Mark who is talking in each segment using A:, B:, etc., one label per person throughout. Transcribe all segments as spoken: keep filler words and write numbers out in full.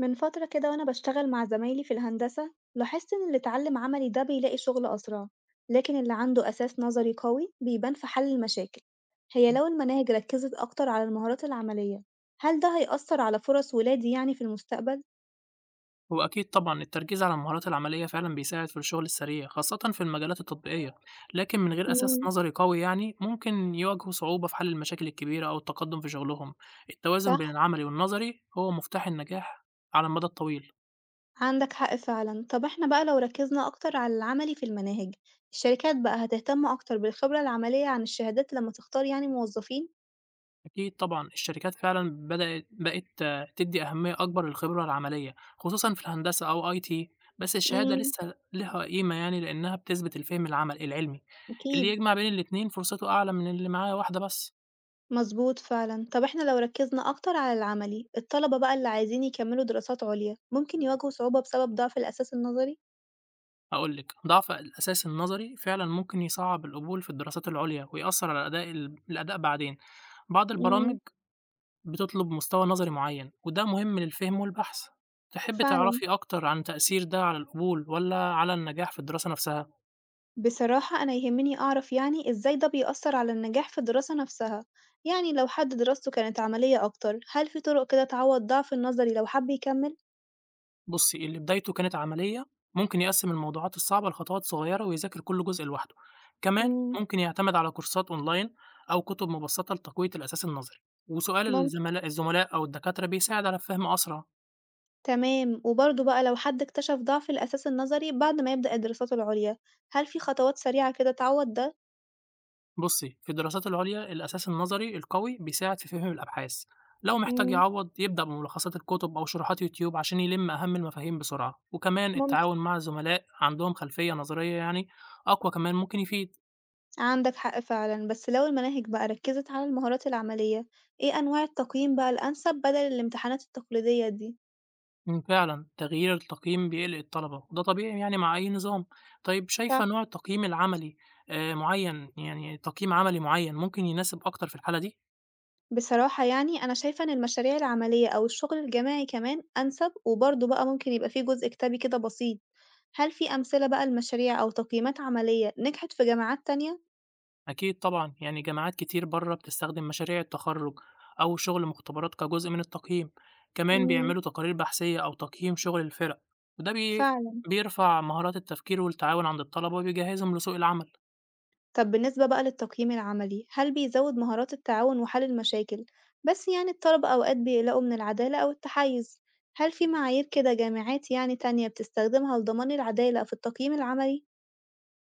A: من فترة كده وأنا بشتغل مع زمايلي في الهندسة لاحظت إن اللي اتعلم عملي ده بيلاقي شغل أسرع، لكن اللي عنده أساس نظري قوي بيبان في حل المشاكل. هي
B: إمم.
A: لو المناهج ركزت أكتر على المهارات العملية، هل ده هيأثر على فرص ولادي يعني في المستقبل؟
B: هو أكيد طبعًا التركيز على المهارات العملية فعلًا بيساعد في الشغل السريع، خاصةً في المجالات التطبيقية، لكن من غير أساس
A: مم،
B: نظري قوي يعني ممكن يواجهوا صعوبة في حل المشاكل الكبيرة أو التقدم في شغلهم. التوازن بين
A: صح
B: العملي والنظري هو مفتاح النجاح على المدى الطويل.
A: عندك حق فعلا. طب احنا بقى لو ركزنا أكتر على العملي في المناهج، الشركات بقى هتهتم أكتر بالخبرة العملية عن الشهادات لما تختار يعني موظفين؟
B: أكيد طبعًا، الشركات فعلًا بدأت بقت آه، تدّي أهمية أكبر للخبرة العملية، خصوصًا في الهندسة أو آي تي، بس الشهادة
A: مم،
B: لسه ليها قيمة يعني لإنها بتثبت الفهم العمل العلمي، اللي
A: أكيد.
B: يجمع بين الاتنين فرصته أعلى من اللي معاه واحدة بس.
A: مظبوط فعلًا، طب إحنا لو ركّزنا أكتر على العملي، الطلبة بقى اللي عايزين يكمّلوا دراسات عُليا ممكن يواجهوا صعوبة بسبب ضعف الأساس النظري؟
B: هاقول لِك، ضعف الأساس النظري فعلًا ممكن يصعّب القبول في الدراسات العُليا ويأثّر على أداء ال الأداء بعدين. بعض البرامج
A: إمم،
B: بتطلب مستوى نظري معيّن وده مهم للفهم والبحث. تحبّي
A: فعلًا،
B: تعرفي أكتر عن تأثير ده على القبول والّا على النجاح في الدراسة نفسها؟
A: بصراحة أنا يهمّني أعرف يعني إزاي ده بيأثّر على النجاح في الدراسة نفسها، يعني لو حد دراسته كانت عملية أكتر، هل في طرق كده تعوّض ضعف النظري لو حَب يكمّل؟
B: بُصّي، اللي بدايته كانت عملية ممكن يقسّم الموضوعات الصعبة لخطوات صغيرة ويذاكر كل جزء لوحده، كمان
A: إمم،
B: ممكن يعتمد على كورسات أونلاين أو كتب مبسّطة لتقوية الأساس النظري، وسؤال
A: ممكن،
B: الزملا الزملاء أو الدكاترة بيساعد على الفهم أسرع.
A: تمام، وبرضه بقى لو حد اكتشف ضعف الأساس النظري بعد ما يبدأ الدراسات العُليا، هل في خطوات سريعة كده تعوّض ده؟
B: بُصّي، في الدراسات العُليا الأساس النظري القوي بيساعد في فهم الأبحاث، لو محتاج
A: إمم،
B: يعوّض يبدأ بملخصات الكتب أو شروحات يوتيوب عشان يلِم أهم المفاهيم بسرعة، وكمان
A: ممكن.
B: التعاون مع زملاء عندهم خلفية نظرية يعني أقوى كمان ممكن يفيد.
A: عندك حق فعلا. بس لو المناهج بقى ركزت على المهارات العملية، ايه أنواع التقييم بقى الأنسب بدل الامتحانات التقليدية دي؟
B: إمم، فعلًا تغيير التقييم بيقلق الطلبة، وده طبيعي يعني مع أي نظام. طيب شايفة
A: ف-
B: نوع التقييم العملي آآ، معيّن يعني تقييم عملي معيّن ممكن يناسب أكتر في الحالة دي؟
A: بصراحة يعني أنا شايفة إن المشاريع العملية أو الشغل الجماعي كمان أنسب، وبرضه بقى ممكن يبقى فيه جزء كتابي كده بسيط. هل في أمثلة بقى لمشاريع أو تقييمات عملية نجحت في جامعات تانية؟
B: أكيد طبعًا، يعني جامعات كتير برّه بتستخدم مشاريع التخرُّج أو شغل مختبرات كجزء من التقييم، كمان
A: امم.
B: بيعملوا تقارير بحثية أو تقييم شغل الفِرَق، وده بي
A: فعلا.
B: بيرفع مهارات التفكير والتعاون عند الطلبة وبيجهّزهم لسوق العمل.
A: طب بالنسبة بقى للتقييم العملي، هل بيزود مهارات التعاون وحل المشاكل؟ بس يعني الطلبة أوقات بيقلقوا من العدالة أو التحيز، هل في معايير كده جامعات يعني تانية بتستخدمها لضمان العدالة في التقييم العملي؟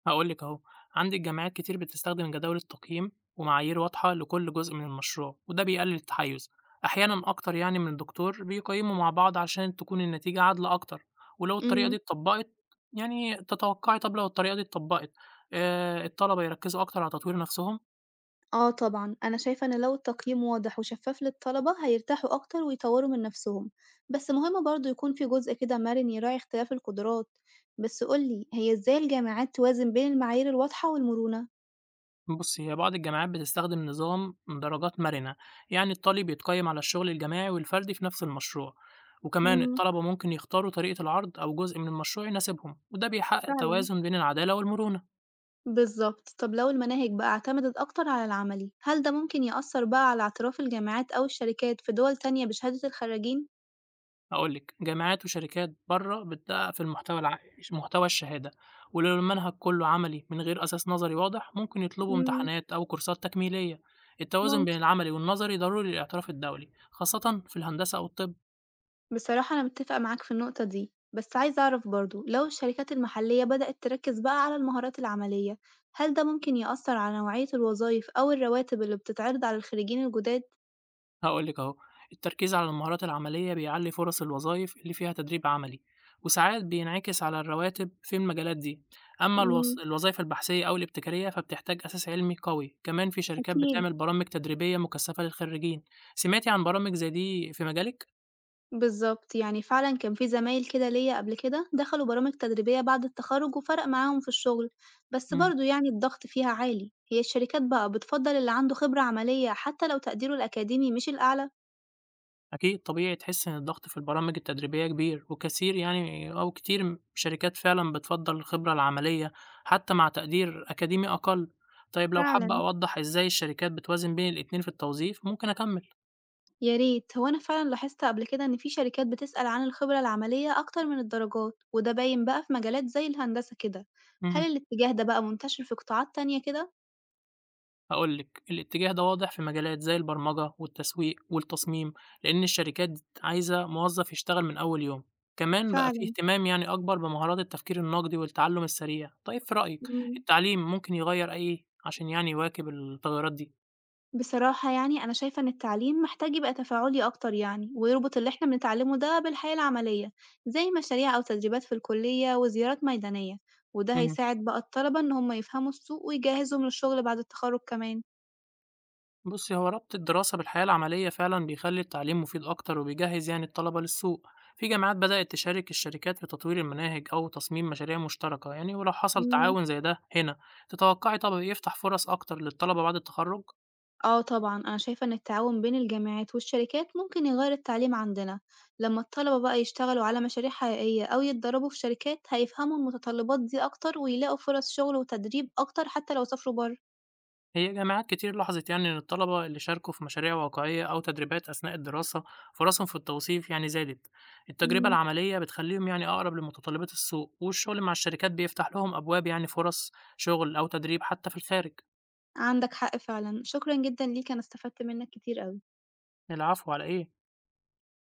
B: هاقول لِك أهو، عندِك جامعات كتير بتستخدم جداول التقييم ومعايير واضحة لكل جزء من المشروع، وده بيقلل التحيز، أحيانًا أكتر يعني من الدكتور بيقيموا مع بعض عشان تكون النتيجة عادلة أكتر، ولو الطريقة دي
A: امم.
B: اتطبقت يعني تتوقعي طب لو الطريقة دي اتطبقت آآ، الطلبة يركزوا أكتر على تطوير نفسهم؟
A: آه طبعا، أنا شايفة إن لو التقييم واضح وشفاف للطلبة هيرتاحوا أكتر ويطوروا من نفسهم، بس مهم برضه يكون في جزء كده مرن يراعي اختلاف القدرات، بس قولي هي إزاي الجامعات توازن بين المعايير الواضحة والمرونة؟
B: بُصّي، هي بعض الجامعات بتستخدم نظام درجات مرنة، يعني الطالب يتقيّم على الشغل الجماعي والفردي في نفس المشروع، وكمان
A: امم.
B: الطلبة ممكن يختاروا طريقة العرض أو جزء من المشروع يناسبهم، وده بيحقق
A: فعلا.
B: توازن بين العدالة والمرونة.
A: بالضبط. طب لو المناهج بقى اعتمدت أكتر على العملي، هل ده ممكن يأثّر بقى على اعتراف الجامعات أو الشركات في دول تانية بشهادة الخرّيجين؟
B: هاقول لك، جامعات وشركات برّه بتدقق في المحتوى الع محتوى الشهادة، ولو المنهج كله عملي من غير أساس نظري واضح، ممكن يطلبوا
A: إمم،
B: امتحانات أو كورسات تكميلية. التوازن بين
A: ممكن.
B: العملي والنظري ضروري للاعتراف الدولي، خاصةً في الهندسة أو الطب.
A: بصراحة أنا متّفقة معاك في النقطة دي، بس عايزة أعرف برضه لو الشركات المحلية بدأت تركّز بقى على المهارات العملية، هل ده ممكن يأثّر على نوعية الوظايف أو الرواتب اللي بتتعرض على الخريجين الجداد؟
B: هاقول لِك أهو، التركيز على المهارات العملية بيعلّي فرص الوظايف اللي فيها تدريب عملي، وساعات بينعكس على الرواتب في المجالات دي، أمّا الوظ
A: إمم،
B: الوظايف البحثية أو الابتكارية فبتحتاج أساس علمي قوي، كمان في شركات
A: أكيد.
B: بتعمل برامج تدريبية مكثفة للخريجين، سمعتِ عن برامج زي دي في مجالِك؟
A: بالضبط، يعني فعلًا كان في زمايل كده ليّا قبل كده دخلوا برامج تدريبية بعد التخرُّج وفرق معاهم في الشغل، بس
B: إمم.
A: برضه يعني الضغط فيها عالي، هي الشركات بقى بتفضّل اللي عنده خبرة عملية حتى لو تقديره الأكاديمي مش الأعلى؟
B: أكيد طبيعي تحس إن الضغط في البرامج التدريبية كبير وكثير يعني أو كتير م- شركات فعلا بتفضل الخبرة العملية حتى مع تقدير أكاديمي أقل. طيب لو حابة
A: فعلًا.
B: أوضح إزاي الشركات بتوازن بين الاتنين في التوظيف، ممكن أكمل.
A: يا ريت، هو أنا فعلًا لاحظت قبل كده إن في شركات بتسأل عن الخبرة العملية أكتر من الدرجات، وده باين بقى في مجالات زي الهندسة كده، هل
B: امم،
A: الاتجاه ده بقى منتشر في قطاعات تانية كده؟
B: هقولك الاتجاه ده واضح في مجالات زي البرمجة والتسويق والتصميم، لأن الشركات عايزة موظف يشتغل من أول يوم. كمان بقى فيه
A: فعلًا.
B: اهتمام يعني أكبر بمهارات التفكير النقدي والتعلم السريع. طيب في رأيك
A: إمم.
B: التعليم ممكن يغير أيه عشان يعني يواكب التغيرات دي؟
A: بصراحة يعني أنا شايفة إن التعليم محتاج يبقى تفاعلي أكتر يعني، ويربط اللي إحنا بنتعلمه ده بالحياة العملية، زي مشاريع أو تدريبات في الكلية وزيارات ميدانية، وده
B: إمم.
A: هيساعد بقى الطلبة إن هم يفهموا السوق ويجهزهم للشغل بعد التخرج كمان.
B: بُصّي، هو ربط الدراسة بالحياة العملية فعلًا بيخلّي التعليم مفيد أكتر وبيجهّز يعني الطلبة للسوق. في جامعات بدأت تشارك الشركات في تطوير المناهج أو تصميم مشاريع مشتركة يعني، ولو حصل
A: مم.
B: تعاون زي ده هنا، تتوقّعي طب يفتح فرص أكتر للطلبة بعد التخرُّج؟
A: آه طبعا، أنا شايفة إن التعاون بين الجامعات والشركات ممكن يغير التعليم عندنا. لما الطلبة بقى يشتغلوا على مشاريع حقيقية أو يتدربوا في شركات هيفهموا المتطلبات دي أكتر ويلاقوا فرص شغل وتدريب أكتر حتى لو سافروا
B: هي جامعات كتير لاحظت يعني إن الطلبة اللي شاركوا في مشاريع واقعية أو تدريبات أثناء الدراسة، فرصهم في التوظيف يعني زادت. التجربة
A: بره.
B: العملية بتخلّيهم يعني أقرب لمتطلبات السوق، والشغل مع الشركات بيفتح لهم أبواب يعني فرص شغل أو تدريب حتى في الخارج.
A: عندك حق فعلًا، شكرًا جدًا ليك، أنا استفدت منّك كتير أوي.
B: العفو على إيه؟